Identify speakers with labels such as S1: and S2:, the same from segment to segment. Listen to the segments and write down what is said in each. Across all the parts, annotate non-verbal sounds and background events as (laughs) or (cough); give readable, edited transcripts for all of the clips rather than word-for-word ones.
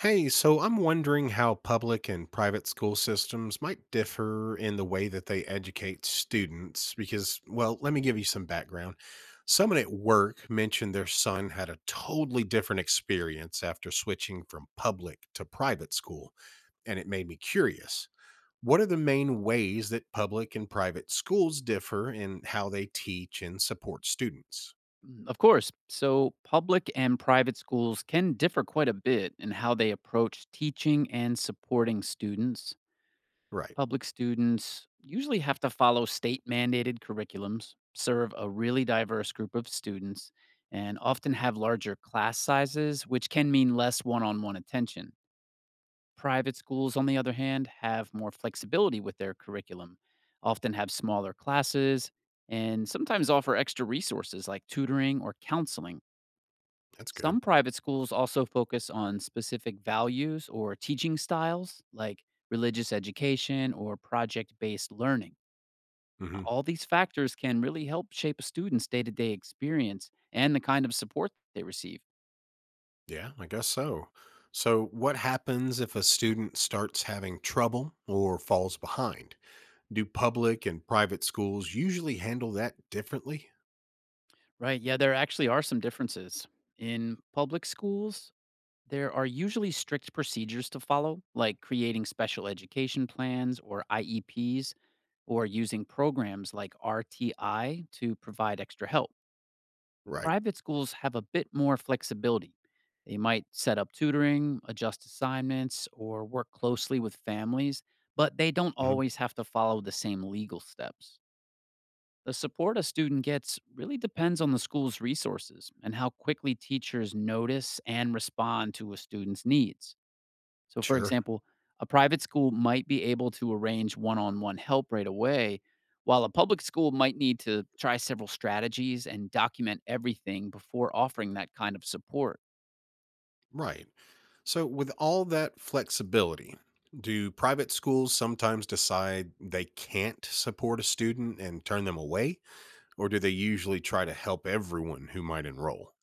S1: Hey, so I'm wondering how public and private school systems might differ in the way that they educate students. Because, well, let me give you some background. Someone at work mentioned their son had a totally different experience after switching from public to private school, and it made me curious. What are the main ways that public and private schools differ in how they teach and support students?
S2: Of course. So, public and private schools can differ quite a bit in how they approach teaching and supporting students.
S1: Right,
S2: Public students usually have to follow state mandated curriculums, serve a really diverse group of students, and often have larger class sizes, which can mean less one on one attention. Private schools, on the other hand, have more flexibility with their curriculum, often have smaller classes, and sometimes offer extra resources like tutoring or counseling.
S1: that's good.
S2: Some private schools also focus on specific values or teaching styles, like religious education or project based learning. Now,
S1: Hmm.
S2: all these factors can really help shape a student's day to day experience and the kind of support they receive.
S1: Yeah, I guess so. So, what happens if a student starts having trouble or falls behind? Do public and private schools usually handle that differently?
S2: Right. Yeah, there actually are some differences. In public schools, there are usually strict procedures to follow, like creating special education plans or IEPs, or using programs like RTI to provide extra help.
S1: Right.
S2: Private schools have a bit more flexibility. They might set up tutoring, adjust assignments, or work closely with families, but they don't
S1: Mhm.
S2: always have to follow the same legal steps. The support a student gets really depends on the school's resources and how quickly teachers notice and respond to a student's needs. So, for
S1: Sure.
S2: example, a private school might be able to arrange one on one help right away, while a public school might need to try several strategies and document everything before offering that kind of support.
S1: Right. So, with all that flexibility, do private schools sometimes decide they can't support a student and turn them away? Or do they usually try to help everyone who might enroll?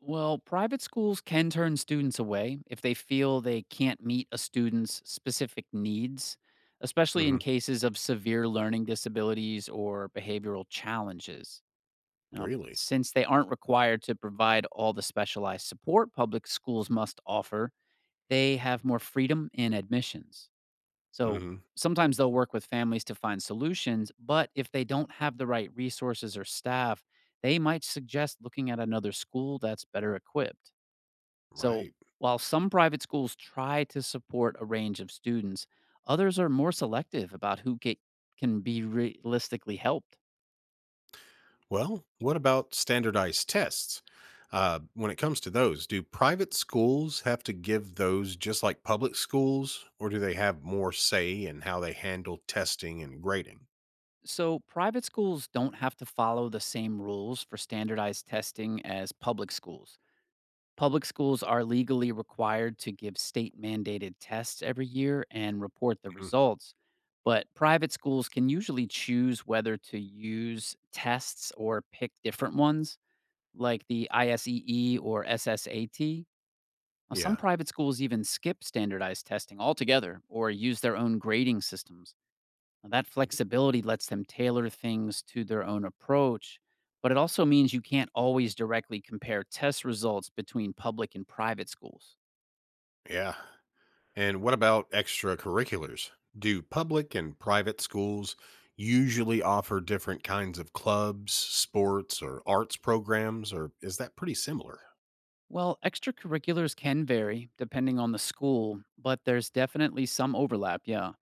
S2: Well, private schools can turn students away if they feel they can't meet a student's specific needs, especially in
S1: Hmm.
S2: cases of severe learning disabilities or behavioral challenges. Now,
S1: Really?
S2: since they aren't required to provide all the specialized support public schools must offer, they have more freedom in admissions. So
S1: Hmm.
S2: sometimes they'll work with families to find solutions, but if they don't have the right resources or staff, they might suggest looking at another school that's better equipped. So
S1: Right.
S2: while some private schools try to support a range of students, others are more selective about who get, can be realistically helped.
S1: Well, what about standardized tests? When it comes to those, do private schools have to give those just like public schools, or do they have more say in how they handle testing and grading?
S2: So, private schools don't have to follow the same rules for standardized testing as public schools. Public schools are legally required to give state mandated tests every year and report the
S1: Mhm.
S2: results, but private schools can usually choose whether to use tests or pick different ones, like the ISEE or SSAT. Now, some
S1: Yeah.
S2: private schools even skip standardized testing altogether or use their own grading systems. Now, that
S1: Mhm.
S2: flexibility lets them tailor things to their own approach, but it also means you can't always directly compare test results between public and private schools.
S1: Yeah. And what about extracurriculars? Do public and private schools usually offer different kinds of clubs, sports, or arts programs, or is that pretty similar?
S2: Well, extracurriculars can vary depending on the school, but there's definitely some overlap, yeah.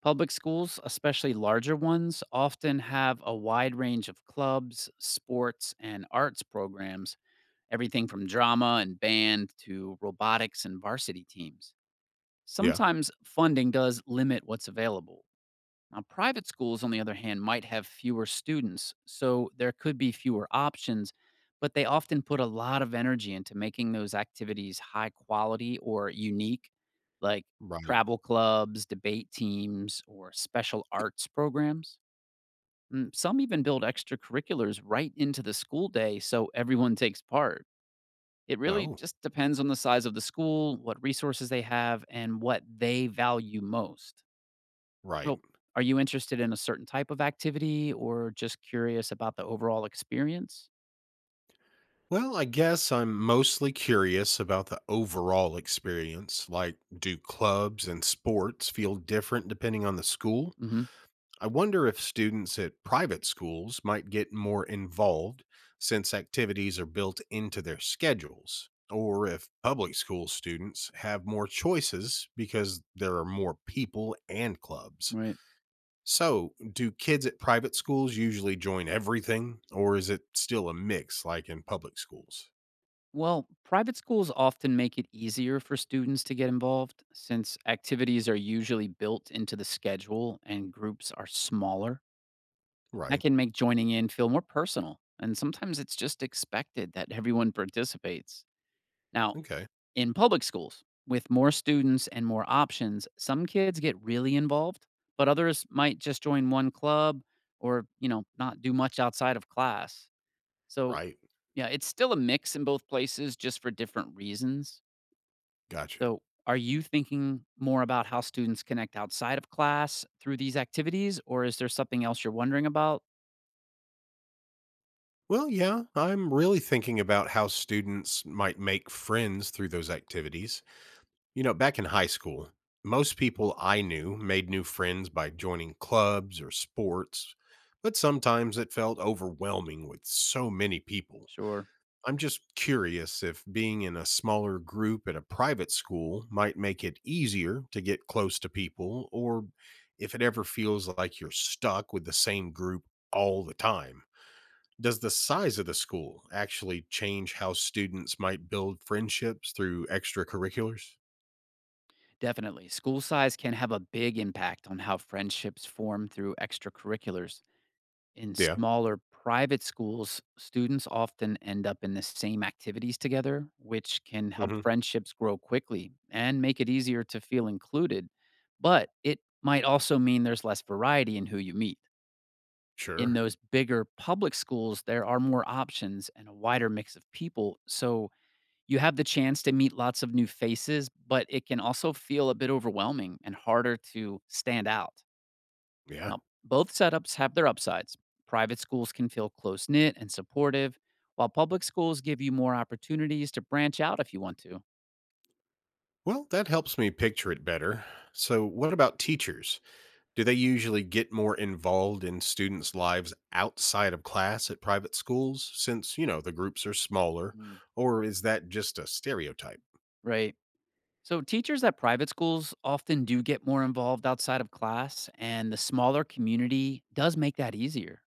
S2: Public schools, especially larger ones, often have a wide range of clubs, sports, and arts programs, everything from drama and band to robotics and varsity teams.
S1: Yeah.
S2: Sometimes funding does limit what's available. Now, private schools, on the other hand, might have fewer students, so there could be fewer options, but they often put a lot of energy into making those activities high quality or unique, like
S1: Right.
S2: travel clubs, debate teams, or special arts programs. Some even build extracurriculars right into the school day so everyone (laughs) takes part. It really
S1: Oh,
S2: just depends on the size of the school, what resources they have, and what they value most.
S1: right.
S2: So, are you interested in a certain type of activity or just curious about the overall experience?
S1: Well, I guess I'm mostly curious about the overall experience. Like, do clubs and sports feel different depending on the school?
S2: hmm
S1: I wonder if students at private schools might get more involved since activities are built into their schedules, or if public school students have more choices because there are more people and clubs.
S2: Right.
S1: So, do kids at private schools usually join everything, or is it still a mix like in public schools?
S2: Well, private schools often make it easier for students to get involved since activities are usually built into the schedule and groups are smaller. That
S1: Right.
S2: can make joining in feel more personal. And sometimes it's just expected that everyone participates. Now,
S1: Okay.
S2: in public schools, with more students and more options, some kids get really involved, but others might just join one club or, not do much outside of class. So,
S1: Right.
S2: yeah, it's still a mix in both places just for different reasons.
S1: Gotcha.
S2: So, are you thinking more about how students connect outside of class through these activities, or is there something else you're wondering about?
S1: Well, yeah, I'm really thinking about how students might make friends through those activities. You know, back in high school, most people I knew made new friends by joining clubs or sports, but sometimes it felt overwhelming with so many people.
S2: Sure.
S1: I'm just curious if being in a smaller group at a private school might make it easier to get close to people, or if it ever feels like you're stuck with the same group all the time. Does the size of the school actually change how students might build friendships through extracurriculars?
S2: Definitely. School size can have a big impact on how friendships form through extracurriculars. In
S1: Yeah.
S2: smaller private schools, students often end up in the same activities together, which can help
S1: Hmm.
S2: friendships grow quickly and make it easier to feel included. But it might also mean there's less variety in who you meet. In
S1: Sure.
S2: those bigger public schools, there are more options and a wider mix of people. So you have the chance to meet lots of new faces, but it can also feel a bit overwhelming and harder to stand out.
S1: Yeah.
S2: Now, both setups have their upsides. Private schools can feel close knit and supportive, while public schools give you more opportunities to branch out if you want to.
S1: Well, that helps me picture it better. So, what about teachers? Do they usually get more involved in students' lives outside of class at private schools since, you know, the groups are smaller?
S2: Mm,
S1: Or is that just a stereotype?
S2: Right. So, teachers at private schools often do get more involved outside of class, and the smaller community does make that easier.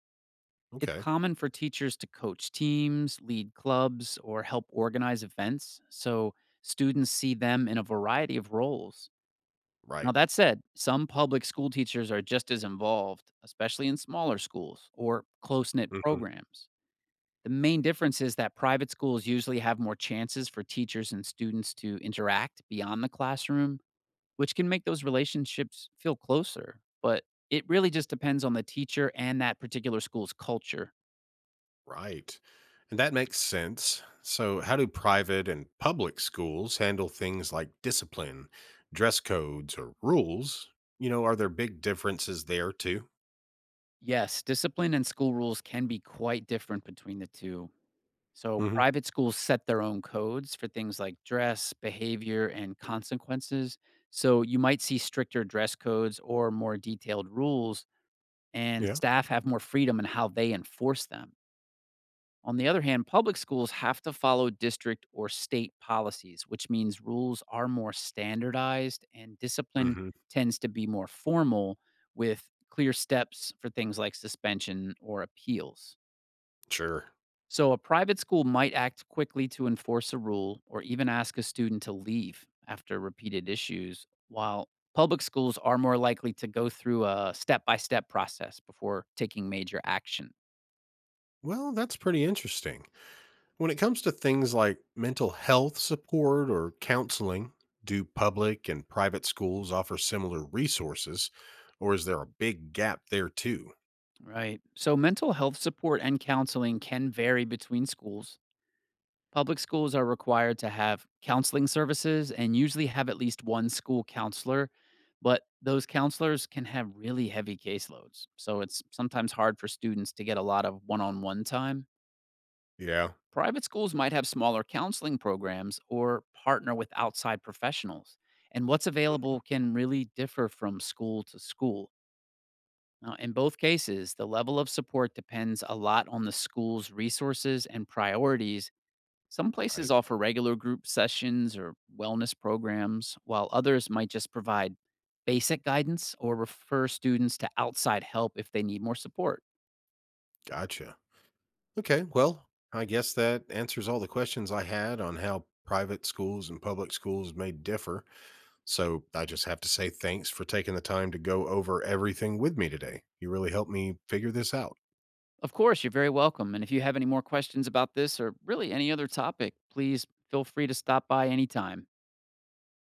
S2: It's
S1: Okay.
S2: common for teachers to coach teams, lead clubs, or help organize events, so students see them in a variety of roles. Now,
S1: Right.
S2: that said, some public school teachers are just as involved, especially in smaller schools or close knit
S1: Mm-hmm.
S2: programs. The main difference is that private schools usually have more chances for teachers and students to interact beyond the classroom, which can make those relationships feel closer. But it really just depends on the teacher and that particular school's culture.
S1: Right. And that makes sense. So, how do private and public schools handle things like discipline, dress codes, or rules? You know, are there big differences there too?
S2: Yes, discipline and school rules can be quite different between the two. So
S1: Hmm.
S2: private schools set their own codes for things like dress, behavior, and consequences. So you might see stricter dress codes or more detailed rules, and
S1: Yeah.
S2: staff have more freedom in how they enforce them. On the other hand, public schools have to follow district or state policies, which means rules are more standardized and discipline
S1: Hmm.
S2: tends to be more formal with clear steps for things like suspension or appeals.
S1: Sure.
S2: So, a private school might act quickly to enforce a rule or even ask a student to leave after repeated issues, while public schools are more likely to go through a step by step process before taking major action.
S1: Well, that's pretty interesting. When it comes to things like mental health support or counseling, do public and private schools offer similar resources, or is there a big gap there too?
S2: Right. So, mental health support and counseling can vary between schools. Public schools are required to have counseling services and usually have at least one school counselor, but those counselors can have really heavy caseloads. So it's sometimes hard for students to get a lot of one on one time.
S1: Yeah.
S2: Private schools might have smaller counseling programs or partner with outside professionals. And what's available can really differ from school to school. Now, in both cases, the level of support depends a lot on the school's resources and priorities. Some places
S1: Right.
S2: offer regular group sessions or wellness programs, while others might just provide basic guidance or refer students to outside help if they need more support.
S1: Gotcha. Okay, well, I guess that answers all the questions I had on how private schools and public schools may differ. So I just have to say thanks for taking the time to go over everything with me today. You really helped me figure this out.
S2: Of course, you're very welcome. And if you have any more questions about this or really any other topic, please feel free to stop by anytime.